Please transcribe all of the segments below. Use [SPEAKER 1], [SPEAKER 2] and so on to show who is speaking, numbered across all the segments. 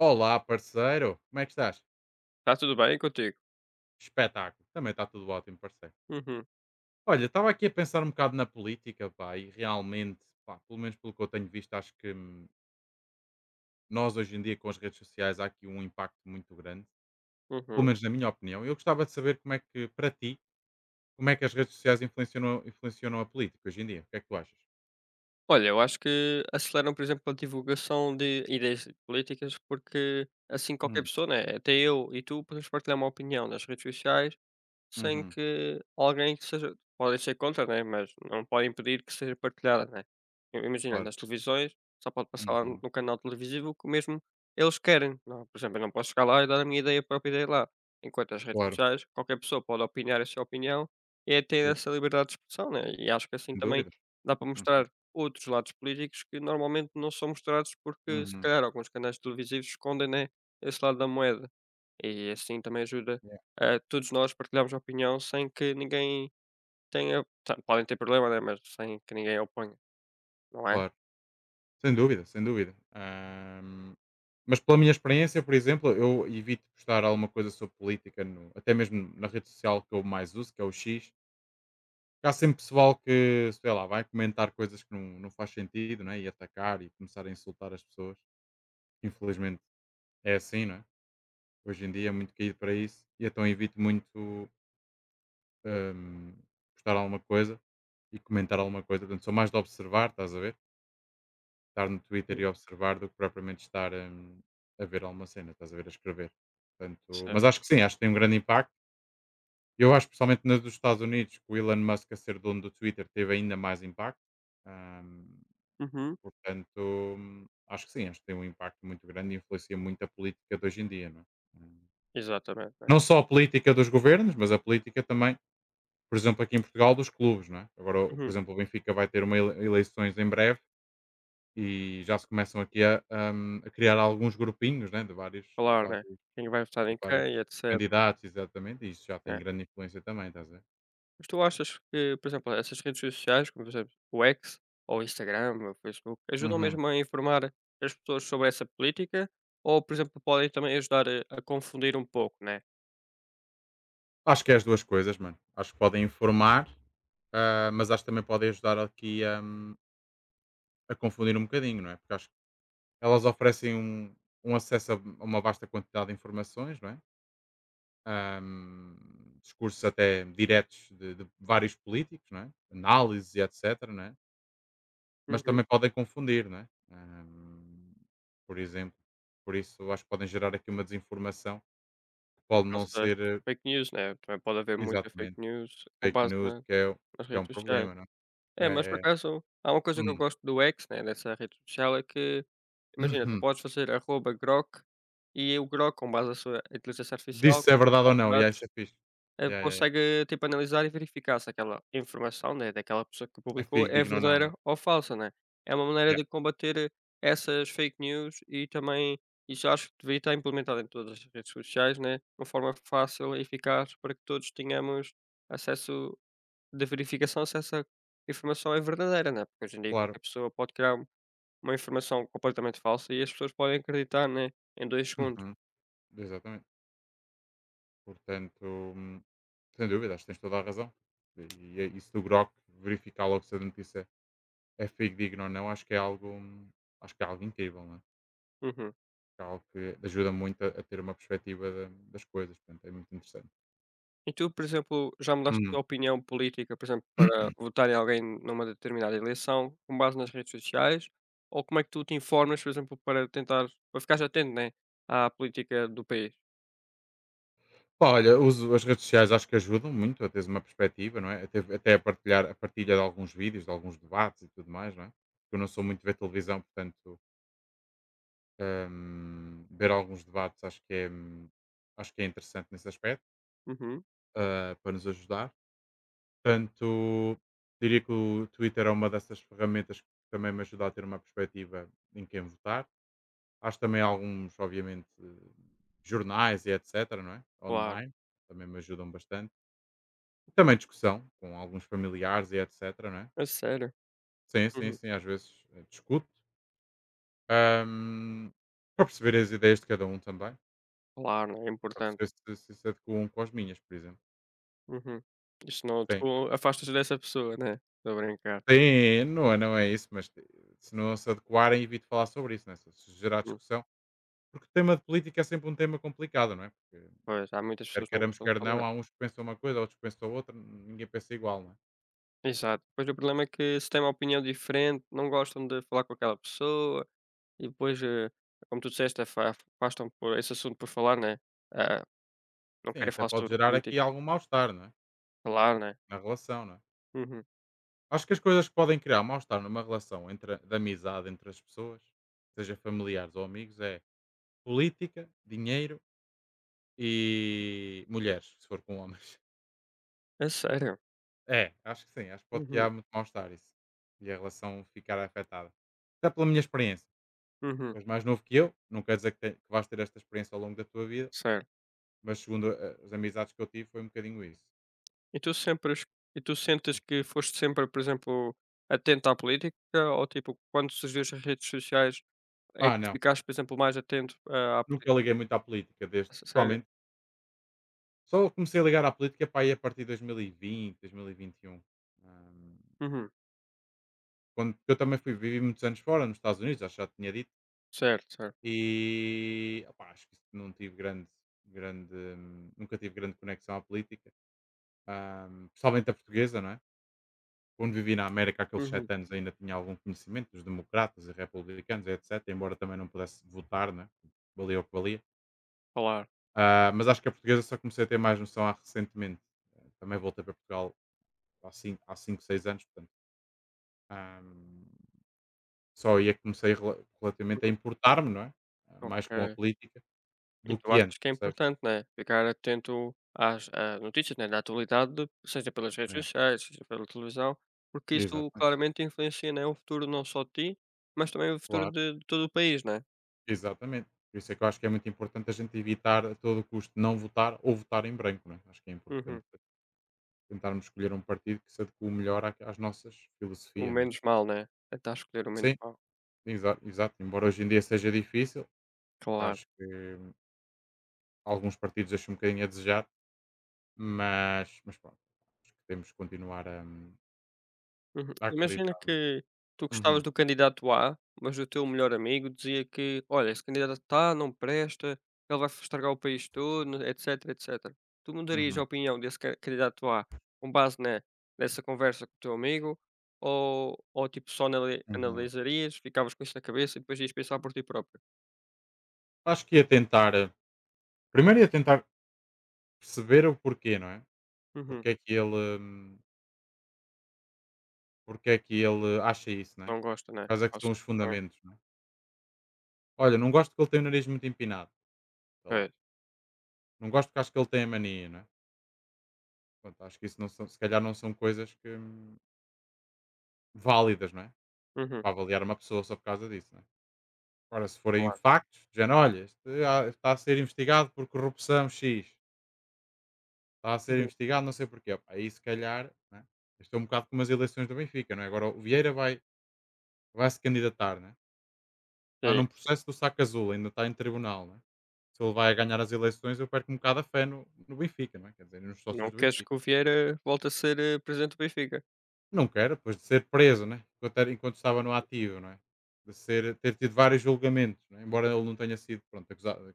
[SPEAKER 1] Olá, parceiro. Como é que estás?
[SPEAKER 2] Está tudo bem contigo?
[SPEAKER 1] Espetáculo. Também está tudo ótimo, parceiro.
[SPEAKER 2] Uhum,
[SPEAKER 1] Olha, estava aqui a pensar um bocado na política, pá, e realmente, pá, pelo menos pelo que eu tenho visto, acho que nós hoje em dia com as redes sociais há aqui um impacto muito grande, pelo
[SPEAKER 2] uhum.
[SPEAKER 1] menos na minha opinião. Eu gostava de saber como é que, para ti, como é que as redes sociais influenciam, influenciam a política hoje em dia. O que é que tu achas?
[SPEAKER 2] Olha, eu acho que aceleram, por exemplo, a divulgação de ideias políticas, porque assim qualquer
[SPEAKER 1] Hum.
[SPEAKER 2] pessoa, né, até eu e tu, podemos partilhar uma opinião nas redes sociais sem
[SPEAKER 1] Uhum.
[SPEAKER 2] que alguém que seja podem ser contra, né, mas não pode impedir que seja partilhada, né. I Imagina,
[SPEAKER 1] Claro.
[SPEAKER 2] nas televisões, só pode passar lá
[SPEAKER 1] Uhum.
[SPEAKER 2] no canal televisivo que mesmo eles querem. Não, é? Por exemplo, eu não posso chegar lá e dar a minha ideia, a própria ideia lá. Enquanto as redes
[SPEAKER 1] Claro.
[SPEAKER 2] sociais, qualquer pessoa pode opinar a sua opinião e é ter
[SPEAKER 1] Yeah,
[SPEAKER 2] essa liberdade de expressão, né, e acho que assim
[SPEAKER 1] sem
[SPEAKER 2] também
[SPEAKER 1] dúvida.
[SPEAKER 2] dá para
[SPEAKER 1] Uhum.
[SPEAKER 2] mostrar outros lados políticos que normalmente não são mostrados porque se
[SPEAKER 1] Uhum.
[SPEAKER 2] calhar alguns canais televisivos escondem, né, esse lado da moeda. E assim também ajuda
[SPEAKER 1] Yeah,
[SPEAKER 2] a todos nós partilharmos a opinião sem que ninguém tenha tá, podem ter problema, né, mas sem que ninguém oponha, não é?
[SPEAKER 1] claro. Sem dúvida, sem dúvida. Mas pela minha experiência, por exemplo, eu evito postar alguma coisa sobre política, até mesmo na rede social que eu mais uso, que é o X. Há sempre pessoal que, sei lá, vai comentar coisas que não, não faz sentido, né? E atacar e começar a insultar as pessoas. Infelizmente é assim, não é? Hoje em dia é muito caído para isso. E então evito muito ahm, postar alguma coisa e comentar alguma coisa. Portanto, sou mais de observar, estás a ver? Estar no Twitter
[SPEAKER 2] Uhum.
[SPEAKER 1] e observar do que propriamente estar a ver alguma cena, estás a ver, a escrever. Portanto,
[SPEAKER 2] Certo.
[SPEAKER 1] mas acho que sim, acho que tem um grande impacto. Eu acho, principalmente na dos Estados Unidos, que o Elon Musk a ser dono do Twitter teve ainda mais impacto. Hum.
[SPEAKER 2] Uhum.
[SPEAKER 1] Portanto, acho que sim, acho que tem um impacto muito grande e influencia muito a política de hoje em dia, não é? Hum.
[SPEAKER 2] Exatamente, né.
[SPEAKER 1] Não só a política dos governos, mas a política também, por exemplo, aqui em Portugal, dos clubes, não é? Agora, por
[SPEAKER 2] Uhum.
[SPEAKER 1] exemplo, o Benfica vai ter uma eleições em breve. E já se começam aqui a criar alguns grupinhos, né, de vários de
[SPEAKER 2] Claro, né.
[SPEAKER 1] vários
[SPEAKER 2] Quem vai votar
[SPEAKER 1] de
[SPEAKER 2] em
[SPEAKER 1] vários
[SPEAKER 2] quem e etcétera,
[SPEAKER 1] candidatos, exatamente, e isso já tem
[SPEAKER 2] né.
[SPEAKER 1] grande influência também, estás a ver?
[SPEAKER 2] Mas tu achas que, por exemplo, essas redes sociais, como por exemplo o X, ou o Instagram, ou o Facebook, ajudam
[SPEAKER 1] Uhum.
[SPEAKER 2] mesmo a informar as pessoas sobre essa política? Ou, por exemplo, podem também ajudar a confundir um pouco, né?
[SPEAKER 1] Acho que é as 2 coisas, mano. Acho que podem informar, mas acho que também podem ajudar aqui, a confundir um bocadinho, não é? Porque acho que elas oferecem um acesso a uma vasta quantidade de informações, não é? Discursos até diretos de vários políticos, não é? Análises e etcétera, não é? Mas
[SPEAKER 2] Uhum.
[SPEAKER 1] também podem confundir, não é? Por exemplo. Por isso acho que podem gerar aqui uma desinformação que
[SPEAKER 2] Por
[SPEAKER 1] pode não
[SPEAKER 2] causa das
[SPEAKER 1] ser
[SPEAKER 2] fake news, né, também pode haver muita fake
[SPEAKER 1] exatamente
[SPEAKER 2] news com
[SPEAKER 1] fake
[SPEAKER 2] base
[SPEAKER 1] news,
[SPEAKER 2] na nas
[SPEAKER 1] que é um
[SPEAKER 2] redes sociais.
[SPEAKER 1] problema, não
[SPEAKER 2] É, mas por
[SPEAKER 1] é? É, é.
[SPEAKER 2] acaso há uma coisa que eu
[SPEAKER 1] Hum,
[SPEAKER 2] gosto do X, né, dessa rede social, é que imagina, tu podes fazer arroba grok e o grok, com base na sua inteligência
[SPEAKER 1] Diz
[SPEAKER 2] artificial,
[SPEAKER 1] se é
[SPEAKER 2] com
[SPEAKER 1] verdade ou
[SPEAKER 2] base de
[SPEAKER 1] não, e yeah,
[SPEAKER 2] dados,
[SPEAKER 1] isso é fixe. Yeah, yeah, yeah.
[SPEAKER 2] consegue, tipo, analisar e verificar se aquela informação, né, daquela pessoa que
[SPEAKER 1] É
[SPEAKER 2] publicou é
[SPEAKER 1] fidedigno ou não, não é?
[SPEAKER 2] verdadeira ou falsa, né? É uma maneira
[SPEAKER 1] Yeah,
[SPEAKER 2] de combater essas fake news e também isso acho que devia estar implementado em todas as redes sociais, né? De uma forma fácil e eficaz para que todos tenhamos acesso de verificação se essa informação é verdadeira, né? Porque hoje em dia
[SPEAKER 1] claro.
[SPEAKER 2] qualquer pessoa pode criar uma informação completamente falsa e as pessoas podem acreditar, né? Em dois segundos.
[SPEAKER 1] Uhum. Exatamente. Portanto, sem dúvida, acho que tens toda a razão. E, e isso do Grok, verificar logo se a notícia é fidedigna ou não, acho que é algo, acho que é algo incrível, não é?
[SPEAKER 2] Uhum.
[SPEAKER 1] Que é algo que ajuda muito a ter uma perspectiva das coisas, portanto é muito interessante.
[SPEAKER 2] E tu, por exemplo, já mudaste a
[SPEAKER 1] Hum.
[SPEAKER 2] tua opinião política, por exemplo, para votar em alguém numa determinada eleição, com base nas redes sociais? Ou como é que tu te informas, por exemplo, para tentar para ficares atento, né, à política do país?
[SPEAKER 1] Pá, olha, uso as redes sociais, acho que ajudam muito a teres uma perspectiva, não é? Até a, partilhar, a partilha de alguns vídeos, de alguns debates e tudo mais, não é? Eu não sou muito de ver televisão, portanto, ver alguns debates acho que é interessante nesse aspecto,
[SPEAKER 2] Uhum,
[SPEAKER 1] para nos ajudar. Portanto, diria que o Twitter é uma dessas ferramentas que também me ajuda a ter uma perspectiva em quem votar. Hás também alguns, obviamente, jornais e etcétera, não é,
[SPEAKER 2] claro.
[SPEAKER 1] online, também me ajudam bastante. E também discussão com alguns familiares e etcétera, não é.
[SPEAKER 2] A sério?
[SPEAKER 1] Sim, sim,
[SPEAKER 2] Uhum.
[SPEAKER 1] sim, às vezes, discuto, hã, para perceber as ideias de cada um também,
[SPEAKER 2] Claro, né, é
[SPEAKER 1] para
[SPEAKER 2] importante.
[SPEAKER 1] perceber se adequam com as minhas, por exemplo.
[SPEAKER 2] Uhum. E senão
[SPEAKER 1] Sim.
[SPEAKER 2] tu afastas dessa pessoa, né? Estou a brincar.
[SPEAKER 1] Sim, não é isso, mas te se não se adequarem, evito falar sobre isso, né se gerar
[SPEAKER 2] Uhum.
[SPEAKER 1] discussão, porque o tema de política é sempre um tema complicado, não é, porque
[SPEAKER 2] Pois, há muitas
[SPEAKER 1] quer
[SPEAKER 2] pessoas que não
[SPEAKER 1] queiramos,
[SPEAKER 2] gostam de
[SPEAKER 1] quer não,
[SPEAKER 2] falar.
[SPEAKER 1] há uns que pensam uma coisa, outros que pensam outra, ninguém pensa igual, não é?
[SPEAKER 2] Exato. Pois o problema é que se tem uma opinião diferente, não gostam de falar com aquela pessoa. E depois, como tu disseste, afastam por esse assunto por falar, né, ah, não
[SPEAKER 1] Sim,
[SPEAKER 2] querem
[SPEAKER 1] até
[SPEAKER 2] falar
[SPEAKER 1] pode
[SPEAKER 2] sobre
[SPEAKER 1] gerar aqui
[SPEAKER 2] política,
[SPEAKER 1] algum mal-estar, não é?
[SPEAKER 2] falar, né.
[SPEAKER 1] Na relação, não é?
[SPEAKER 2] Uhum.
[SPEAKER 1] Acho que as coisas que podem criar mal-estar numa relação entre de amizade entre as pessoas, seja familiares ou amigos, é política, dinheiro e mulheres, se for com homens.
[SPEAKER 2] A sério?
[SPEAKER 1] É, acho que sim, acho que pode
[SPEAKER 2] Uhum,
[SPEAKER 1] criar muito mal-estar isso. E a relação ficar afetada. Até pela minha experiência.
[SPEAKER 2] uhum,
[SPEAKER 1] Tu és mais novo que eu, não quer dizer que, que vais ter esta experiência ao longo da tua vida,
[SPEAKER 2] certo.
[SPEAKER 1] mas segundo as amizades que eu tive, foi um bocadinho isso.
[SPEAKER 2] E tu sempre es e tu sentes que foste sempre, por exemplo, atento à política ou, tipo, quando surgiu as redes sociais é
[SPEAKER 1] Ah,
[SPEAKER 2] que
[SPEAKER 1] não,
[SPEAKER 2] ficaste, por exemplo, mais atento, à
[SPEAKER 1] nunca liguei
[SPEAKER 2] política?
[SPEAKER 1] muito à política, desde,
[SPEAKER 2] A sério?
[SPEAKER 1] só comecei a ligar à política, pá, aí a partir de dois mil e vinte, dois mil e vinte, 2020, 2021. Hum,
[SPEAKER 2] Uhum.
[SPEAKER 1] Quando eu também fui vivi muitos anos fora, nos Estados Unidos, acho que já te tinha dito,
[SPEAKER 2] Certo, certo.
[SPEAKER 1] e opá, acho que isso não tive grande, grande, nunca tive grande conexão à política, principalmente a portuguesa, não é? Quando vivi na América aqueles
[SPEAKER 2] Uhum.
[SPEAKER 1] 7 anos ainda tinha algum conhecimento dos democratas e republicanos, etc., embora também não pudesse votar, né? Valia o que valia.
[SPEAKER 2] Claro.
[SPEAKER 1] Ah, mas acho que a portuguesa só comecei a ter mais noção há recentemente. Também voltei para Portugal há cinco 6 anos. Ahm, Só aí é que comecei relativamente a
[SPEAKER 2] Uhum.
[SPEAKER 1] importar-me, não é, mais com a
[SPEAKER 2] Ok.
[SPEAKER 1] política
[SPEAKER 2] E
[SPEAKER 1] do
[SPEAKER 2] tu
[SPEAKER 1] que
[SPEAKER 2] achas
[SPEAKER 1] antes,
[SPEAKER 2] que é
[SPEAKER 1] percebes?
[SPEAKER 2] importante, né, ficar atento às, notícias, né, da atualidade, seja pelas redes
[SPEAKER 1] É,
[SPEAKER 2] sociais, seja pela televisão, porque isso
[SPEAKER 1] exatamente,
[SPEAKER 2] claramente influencia, né, o futuro não só de ti, mas também o futuro
[SPEAKER 1] claro,
[SPEAKER 2] de todo o país, né?
[SPEAKER 1] exatamente. Por isso é que eu acho que é muito importante a gente evitar a todo custo não votar ou votar em branco, não é? Acho que é importante
[SPEAKER 2] Uhum.
[SPEAKER 1] tentarmos escolher um partido que se adequa melhor à às nossas
[SPEAKER 2] O
[SPEAKER 1] filosofias, não é?
[SPEAKER 2] menos mal, né? Tentar escolher o menos
[SPEAKER 1] Sim,
[SPEAKER 2] mal.
[SPEAKER 1] exato, exato. Embora hoje em dia seja difícil, eu
[SPEAKER 2] Claro.
[SPEAKER 1] acho que hum, alguns partidos deixam um bocadinho a desejar, mas pronto, acho que temos que continuar
[SPEAKER 2] Uhum.
[SPEAKER 1] a
[SPEAKER 2] Imagina
[SPEAKER 1] acreditar, não
[SPEAKER 2] que tu
[SPEAKER 1] é?
[SPEAKER 2] gostavas
[SPEAKER 1] Uhum.
[SPEAKER 2] do candidato A, mas o teu melhor amigo dizia que: "Olha, esse candidato A não presta, ele vai estragar o país todo, etc etcétera". Tu mudarias a
[SPEAKER 1] Uhum.
[SPEAKER 2] opinião desse ca candidato A com base ne nessa conversa com o teu amigo ou tipo, só anali
[SPEAKER 1] Uhum.
[SPEAKER 2] analisarias, ficavas com isso na cabeça e depois ias pensar por ti próprio?
[SPEAKER 1] Acho que primeiro ia tentar perceber o porquê, não é?
[SPEAKER 2] Uhum.
[SPEAKER 1] Porque é que ele, hum, Porque é que ele acha isso, não é?
[SPEAKER 2] Não gosta, né?
[SPEAKER 1] Quais é que são
[SPEAKER 2] Gosta.
[SPEAKER 1] os
[SPEAKER 2] Pois,
[SPEAKER 1] fundamentos, não é? Olha, não gosto que ele tem o nariz muito empinado, sei lá.
[SPEAKER 2] pois.
[SPEAKER 1] Não gosto porque acho que ele tem a mania, não é? Pronto, acho que isso não são, se calhar não são coisas que, válidas, não é?
[SPEAKER 2] Uhum.
[SPEAKER 1] Para avaliar uma pessoa só por causa disso, não é? Agora, se forem
[SPEAKER 2] Claro.
[SPEAKER 1] factos, dizendo, olha, este está a ser investigado por corrupção X, está a ser
[SPEAKER 2] Uhum.
[SPEAKER 1] investigado, não sei porquê. Pá, aí se calhar, né? Estou um bocado como as eleições do Benfica, não é? Agora o Vieira vai se candidatar, né? Está
[SPEAKER 2] Sim.
[SPEAKER 1] num processo do saco azul, ainda está em tribunal. Né? Se ele vai ganhar as eleições, eu perco um bocado a fé no Benfica, não é? Quer dizer, nos sócios
[SPEAKER 2] Não
[SPEAKER 1] do
[SPEAKER 2] queres
[SPEAKER 1] Benfica.
[SPEAKER 2] que o Vieira volte a ser, presidente do Benfica.
[SPEAKER 1] Não quero, depois de ser preso, né? Enquanto, enquanto estava no ativo, não é? De ser, ter tido vários julgamentos, não é? Embora ele não tenha sido pronto, acusado,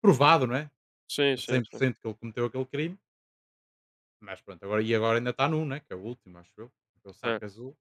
[SPEAKER 1] provado não é?
[SPEAKER 2] Sim,
[SPEAKER 1] A
[SPEAKER 2] sim,
[SPEAKER 1] cem por
[SPEAKER 2] sim.
[SPEAKER 1] cento que ele cometeu aquele crime, mas pronto, agora, e agora ainda está num, né? Que é o último, acho eu, que é o saco azul.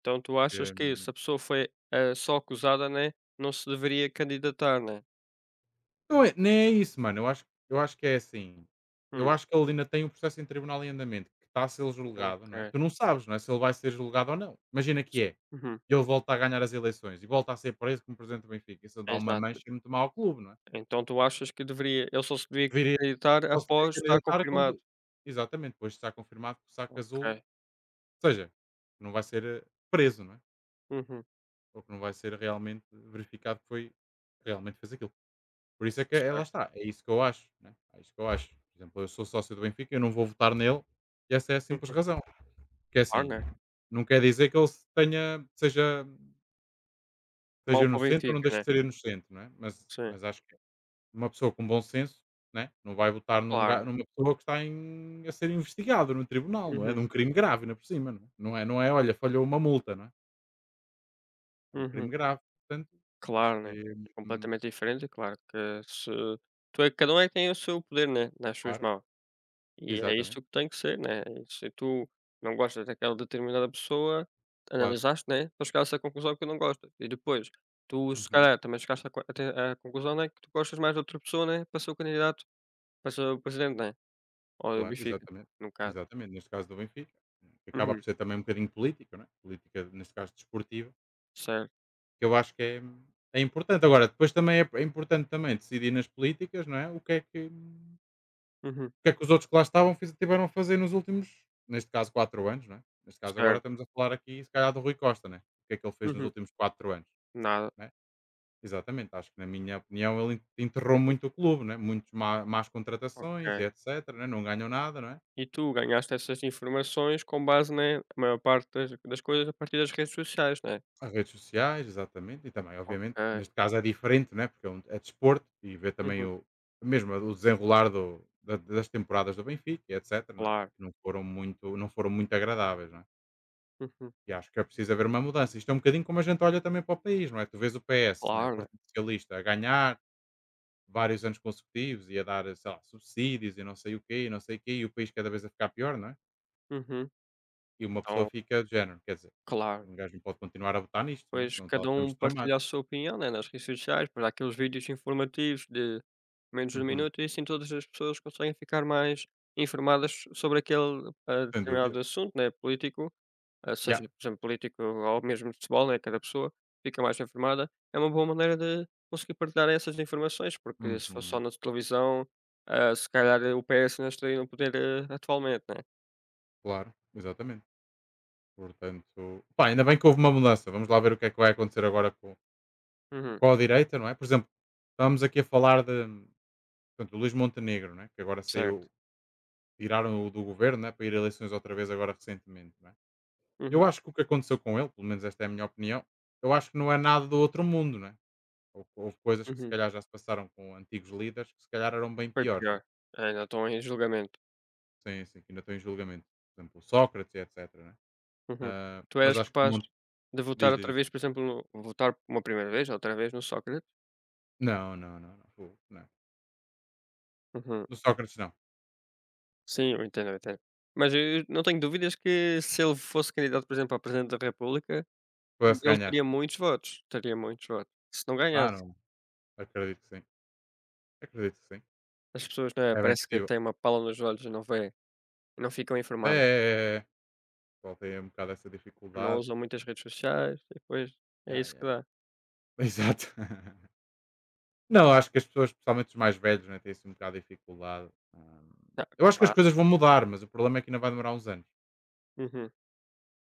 [SPEAKER 2] Então tu achas que se a pessoa foi, só acusada, né, não se deveria candidatar, né?
[SPEAKER 1] Não é nem é isso, mano. Eu acho que é assim, eu
[SPEAKER 2] Hum,
[SPEAKER 1] acho que ele ainda tem um processo em tribunal em andamento, que está a ser julgado, não é?
[SPEAKER 2] ok.
[SPEAKER 1] Tu não sabes, não é, se ele vai ser julgado ou não. Imagina que é,
[SPEAKER 2] Uhum,
[SPEAKER 1] e ele volta a ganhar as eleições e volta a ser preso como presidente do Benfica. Isso dá uma
[SPEAKER 2] exato.
[SPEAKER 1] mancha muito má ao clube, não é?
[SPEAKER 2] Então tu achas que deveria ele só se devia
[SPEAKER 1] Viria
[SPEAKER 2] candidatar
[SPEAKER 1] Só se viria
[SPEAKER 2] após estar
[SPEAKER 1] candidatar
[SPEAKER 2] confirmado?
[SPEAKER 1] quando exatamente, depois de estar confirmado que o saco
[SPEAKER 2] Ok.
[SPEAKER 1] azul ou seja, não vai ser, preso, não é?
[SPEAKER 2] Uhum,
[SPEAKER 1] Ou que não vai ser realmente verificado que foi realmente fez aquilo. Por isso é que, ela
[SPEAKER 2] certo.
[SPEAKER 1] está, é isso que eu acho, né, é isso que eu acho. Por exemplo, eu sou sócio do Benfica, eu não vou votar nele, e essa é a simples
[SPEAKER 2] Uhum.
[SPEAKER 1] razão. Porque
[SPEAKER 2] Claro,
[SPEAKER 1] assim,
[SPEAKER 2] né?
[SPEAKER 1] não quer dizer que ele se tenha seja seja
[SPEAKER 2] Mal para o
[SPEAKER 1] inocente ou não
[SPEAKER 2] Benfica,
[SPEAKER 1] deixe de
[SPEAKER 2] né?
[SPEAKER 1] ser inocente, não é? Mas
[SPEAKER 2] Sim,
[SPEAKER 1] mas acho que uma pessoa com bom senso, né, não vai votar
[SPEAKER 2] claro, né?
[SPEAKER 1] numa pessoa que está em a ser investigado no tribunal, não é?
[SPEAKER 2] Uhum,
[SPEAKER 1] De um crime grave ainda por cima, não é? Não é: "Olha, falhou uma multa", não é? É um
[SPEAKER 2] uhum.
[SPEAKER 1] crime grave, portanto, acho
[SPEAKER 2] Claro,
[SPEAKER 1] que,
[SPEAKER 2] né?
[SPEAKER 1] hum,
[SPEAKER 2] Completamente diferente, claro que se tu é cada um é que tem o seu poder, né, nas suas
[SPEAKER 1] claro,
[SPEAKER 2] mãos. E é isso
[SPEAKER 1] exatamente,
[SPEAKER 2] que tem que ser, né, se tu não gostas daquela determinada pessoa,
[SPEAKER 1] claro.
[SPEAKER 2] analisaste, né, para chegar a essa conclusão que não gostas e depois tu se
[SPEAKER 1] Uhum.
[SPEAKER 2] calhar também chegaste à co até à conclusão, né, que tu gostas mais de outra pessoa, né, para ser o candidato para ser o presidente, né, ou o
[SPEAKER 1] Claro,
[SPEAKER 2] Benfica,
[SPEAKER 1] exatamente.
[SPEAKER 2] no caso.
[SPEAKER 1] Exatamente, neste caso do Benfica, que acaba por
[SPEAKER 2] Uhum.
[SPEAKER 1] ser também um bocadinho político, não é? Política, neste caso desportiva,
[SPEAKER 2] Certo.
[SPEAKER 1] que eu acho que é, é importante. Agora, depois também é, é importante também decidir nas políticas, não é? O que é que, o
[SPEAKER 2] Uhum.
[SPEAKER 1] que, é que os outros que lá estavam tiveram a fazer nos últimos, neste caso, 4 anos, não é? Neste caso, agora
[SPEAKER 2] Certo.
[SPEAKER 1] estamos a falar aqui, se calhar, do Rui Costa, né? O que é que ele fez nos
[SPEAKER 2] Uhum.
[SPEAKER 1] últimos 4 anos,
[SPEAKER 2] Nada.
[SPEAKER 1] né? Exatamente, acho que, na minha opinião, ele enterrou
[SPEAKER 2] Ok.
[SPEAKER 1] muito o clube, né? Muitas más contratações e
[SPEAKER 2] Ok.
[SPEAKER 1] etc, né? Não ganham nada, não é?
[SPEAKER 2] E tu ganhaste essas informações com base, né, a maior parte das coisas a partir das redes sociais, né?
[SPEAKER 1] As redes sociais, exatamente, e também, obviamente,
[SPEAKER 2] Ok.
[SPEAKER 1] neste caso é diferente, né? Porque é desporto e vê também
[SPEAKER 2] Uhum.
[SPEAKER 1] o, mesmo o desenrolar das temporadas do Benfica, e etc, não é?
[SPEAKER 2] Claro.
[SPEAKER 1] Que não foram muito agradáveis, não é?
[SPEAKER 2] Uhum.
[SPEAKER 1] E acho que é preciso haver uma mudança. Isto é um bocadinho como a gente olha também para o país, não é? Tu vês o PS, né? O
[SPEAKER 2] Claro, né?
[SPEAKER 1] Partido Socialista, a ganhar vários anos consecutivos e a dar, sei lá, subsídios e não sei o quê, e não sei o quê, e o país cada vez a ficar pior, não é?
[SPEAKER 2] Uhum.
[SPEAKER 1] E uma pessoa
[SPEAKER 2] Então,
[SPEAKER 1] fica de género, quer dizer,
[SPEAKER 2] claro.
[SPEAKER 1] um gajo não pode continuar a votar nisto, não é?
[SPEAKER 2] Pois,
[SPEAKER 1] Senão
[SPEAKER 2] cada
[SPEAKER 1] estamos
[SPEAKER 2] um partilha
[SPEAKER 1] tramados.
[SPEAKER 2] a sua opinião, né, nas redes sociais, pois há aqueles vídeos informativos de menos de um
[SPEAKER 1] Uhum.
[SPEAKER 2] minuto e assim todas as pessoas conseguem ficar mais informadas sobre aquele,
[SPEAKER 1] Sem dúvida.
[SPEAKER 2] determinado assunto, né, político,
[SPEAKER 1] Yeah.
[SPEAKER 2] seja, por exemplo, político ou mesmo de futebol, né, cada pessoa fica mais informada. É uma boa maneira de conseguir partilhar essas informações, porque se fosse só
[SPEAKER 1] Uhum.
[SPEAKER 2] na televisão, se calhar o PS não estaria no poder, atualmente, né.
[SPEAKER 1] Claro, exatamente. Portanto, pá, ainda bem que houve uma mudança. Vamos lá ver o que é que vai acontecer agora
[SPEAKER 2] Uhum,
[SPEAKER 1] com a direita, não é? Por exemplo, estávamos aqui a falar de, portanto, o Luís Montenegro, não é que agora
[SPEAKER 2] certo.
[SPEAKER 1] saiu, tiraram-o do governo, não é, para ir a eleições outra vez agora recentemente. Não é?
[SPEAKER 2] Uhum,
[SPEAKER 1] Eu acho que o que aconteceu com ele, pelo menos esta é a minha opinião, eu acho que não é nada do outro mundo, né? Houve coisas que se
[SPEAKER 2] uhum.
[SPEAKER 1] calhar já se passaram com antigos líderes que se calhar eram bem
[SPEAKER 2] Foi
[SPEAKER 1] piores, né?
[SPEAKER 2] pior. Ainda estão em julgamento.
[SPEAKER 1] Sim, sim, que ainda estão em julgamento. Por exemplo, o Sócrates, etc. Né?
[SPEAKER 2] Uhum.
[SPEAKER 1] Ah,
[SPEAKER 2] Tu
[SPEAKER 1] mas
[SPEAKER 2] eras
[SPEAKER 1] acho que o
[SPEAKER 2] capaz
[SPEAKER 1] Mon-
[SPEAKER 2] de votar
[SPEAKER 1] Diz, diz,
[SPEAKER 2] outra
[SPEAKER 1] diz.
[SPEAKER 2] vez, por exemplo, votar uma primeira vez, outra vez no Sócrates?
[SPEAKER 1] Não, não, não, não. Fogo, não.
[SPEAKER 2] Uhum.
[SPEAKER 1] No Sócrates não.
[SPEAKER 2] Sim, eu entendo, eu entendo. Mas eu não tenho dúvidas que se ele fosse candidato, por exemplo, a Presidente da República,
[SPEAKER 1] Pudesse
[SPEAKER 2] ele
[SPEAKER 1] ganhar.
[SPEAKER 2] teria muitos votos, teria muitos votos. Se não
[SPEAKER 1] Ah,
[SPEAKER 2] ganhasse,
[SPEAKER 1] não. Acredito que sim. Acredito que sim.
[SPEAKER 2] as pessoas, né,
[SPEAKER 1] É bem
[SPEAKER 2] parece que
[SPEAKER 1] possível.
[SPEAKER 2] têm uma pala nos olhos e não vê, não ficam
[SPEAKER 1] É,
[SPEAKER 2] informadas,
[SPEAKER 1] é, é. Voltei um bocado essa
[SPEAKER 2] não
[SPEAKER 1] dificuldade.
[SPEAKER 2] usam muitas redes sociais e depois é
[SPEAKER 1] Ya,
[SPEAKER 2] isso
[SPEAKER 1] ya,
[SPEAKER 2] que
[SPEAKER 1] ya.
[SPEAKER 2] dá.
[SPEAKER 1] Exato. Não, acho que as pessoas, especialmente os mais velhos, né, têm assim um bocado de dificuldade.
[SPEAKER 2] Ah,
[SPEAKER 1] Eu acho que as
[SPEAKER 2] claro.
[SPEAKER 1] coisas vão mudar, mas o problema é que ainda vai demorar uns anos.
[SPEAKER 2] Uhum.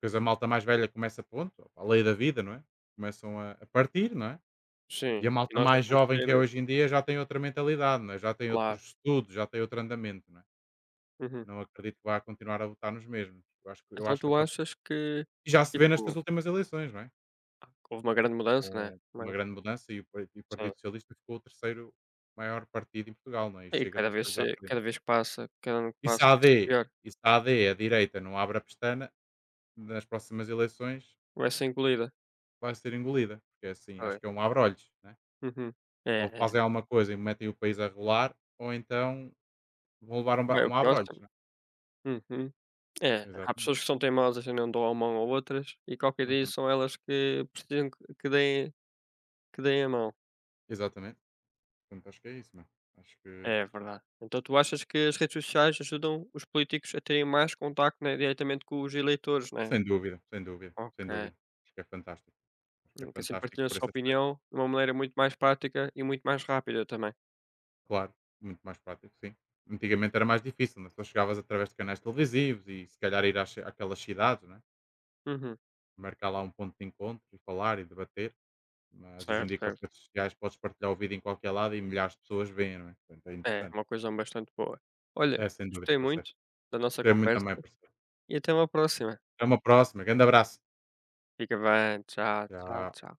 [SPEAKER 1] Pois a malta mais velha começa, pronto, a lei da vida, não é? Começam a partir, não é? E
[SPEAKER 2] Sim,
[SPEAKER 1] a
[SPEAKER 2] e
[SPEAKER 1] malta
[SPEAKER 2] nós é
[SPEAKER 1] mais
[SPEAKER 2] que vamos
[SPEAKER 1] jovem que é hoje em dia já tem outra mentalidade, não é? Já tem
[SPEAKER 2] claro.
[SPEAKER 1] outros estudos, já tem outro andamento, não é?
[SPEAKER 2] Uhum.
[SPEAKER 1] Não acredito que vá continuar a votar nos mesmos. Eu acho que, eu
[SPEAKER 2] Então
[SPEAKER 1] acho que
[SPEAKER 2] tu achas que,
[SPEAKER 1] já se vê
[SPEAKER 2] tipo.
[SPEAKER 1] nestas últimas eleições, não é?
[SPEAKER 2] Houve uma grande mudança, né,
[SPEAKER 1] Com uma
[SPEAKER 2] mas
[SPEAKER 1] grande mudança e o Partido
[SPEAKER 2] sim.
[SPEAKER 1] Socialista ficou o terceiro maior partido em Portugal, não é? E
[SPEAKER 2] E
[SPEAKER 1] chega
[SPEAKER 2] cada
[SPEAKER 1] para
[SPEAKER 2] vez
[SPEAKER 1] se
[SPEAKER 2] se
[SPEAKER 1] à frente.
[SPEAKER 2] cada vez que passa, cada ano que
[SPEAKER 1] E se
[SPEAKER 2] passa
[SPEAKER 1] a
[SPEAKER 2] vai
[SPEAKER 1] AD,
[SPEAKER 2] ser pior,
[SPEAKER 1] e se a AD, a direita, não abre a pestana, nas próximas eleições
[SPEAKER 2] vai ser engolida.
[SPEAKER 1] vai ser engolida. Porque é assim, acho
[SPEAKER 2] Foi.
[SPEAKER 1] que é um abre-olhos, né?
[SPEAKER 2] Uhum. É,
[SPEAKER 1] Ou
[SPEAKER 2] é.
[SPEAKER 1] fazem alguma coisa e metem o país a rolar, ou então vão levar um,
[SPEAKER 2] Vai o
[SPEAKER 1] um abre-olhos,
[SPEAKER 2] próximo.
[SPEAKER 1] né?
[SPEAKER 2] Uhum. É, há
[SPEAKER 1] Exatamente.
[SPEAKER 2] pessoas que são teimosas e não dão a mão a outras, e qualquer dia
[SPEAKER 1] Uhum.
[SPEAKER 2] são elas que precisam que deem a mão.
[SPEAKER 1] Exatamente. Portanto, acho que é isso, mano. Acho que
[SPEAKER 2] É verdade. Então tu achas que as redes sociais ajudam os políticos a terem mais contacto, né, diretamente com os eleitores, né?
[SPEAKER 1] sem dúvida, sem dúvida, sem
[SPEAKER 2] Ok.
[SPEAKER 1] dúvida. Acho que é fantástico. Acho que é
[SPEAKER 2] Que assim
[SPEAKER 1] fantástico
[SPEAKER 2] partilham a
[SPEAKER 1] por
[SPEAKER 2] sua
[SPEAKER 1] esse aspecto.
[SPEAKER 2] opinião de uma maneira muito mais prática e muito mais rápida também.
[SPEAKER 1] Claro, muito mais prático, sim. Antigamente era mais difícil, né? Só chegavas através de canais televisivos e se calhar ir às, àquelas cidades, né?
[SPEAKER 2] Uhum.
[SPEAKER 1] Marcar lá um ponto de encontro e falar e debater. Mas hoje em
[SPEAKER 2] Certo,
[SPEAKER 1] dia com as
[SPEAKER 2] certo.
[SPEAKER 1] redes sociais podes partilhar o vídeo em qualquer lado e milhares de pessoas veem, não é? Portanto, é
[SPEAKER 2] É, é
[SPEAKER 1] interessante.
[SPEAKER 2] uma coisa bastante boa. Olha,
[SPEAKER 1] É sem dúvida,
[SPEAKER 2] gostei
[SPEAKER 1] parceiro.
[SPEAKER 2] muito da nossa
[SPEAKER 1] Gostei muito
[SPEAKER 2] conversa
[SPEAKER 1] também, parceiro.
[SPEAKER 2] e até uma próxima.
[SPEAKER 1] Até uma próxima. Grande abraço.
[SPEAKER 2] Fica bem, tchau, tchau,
[SPEAKER 1] Tchau.
[SPEAKER 2] tchau.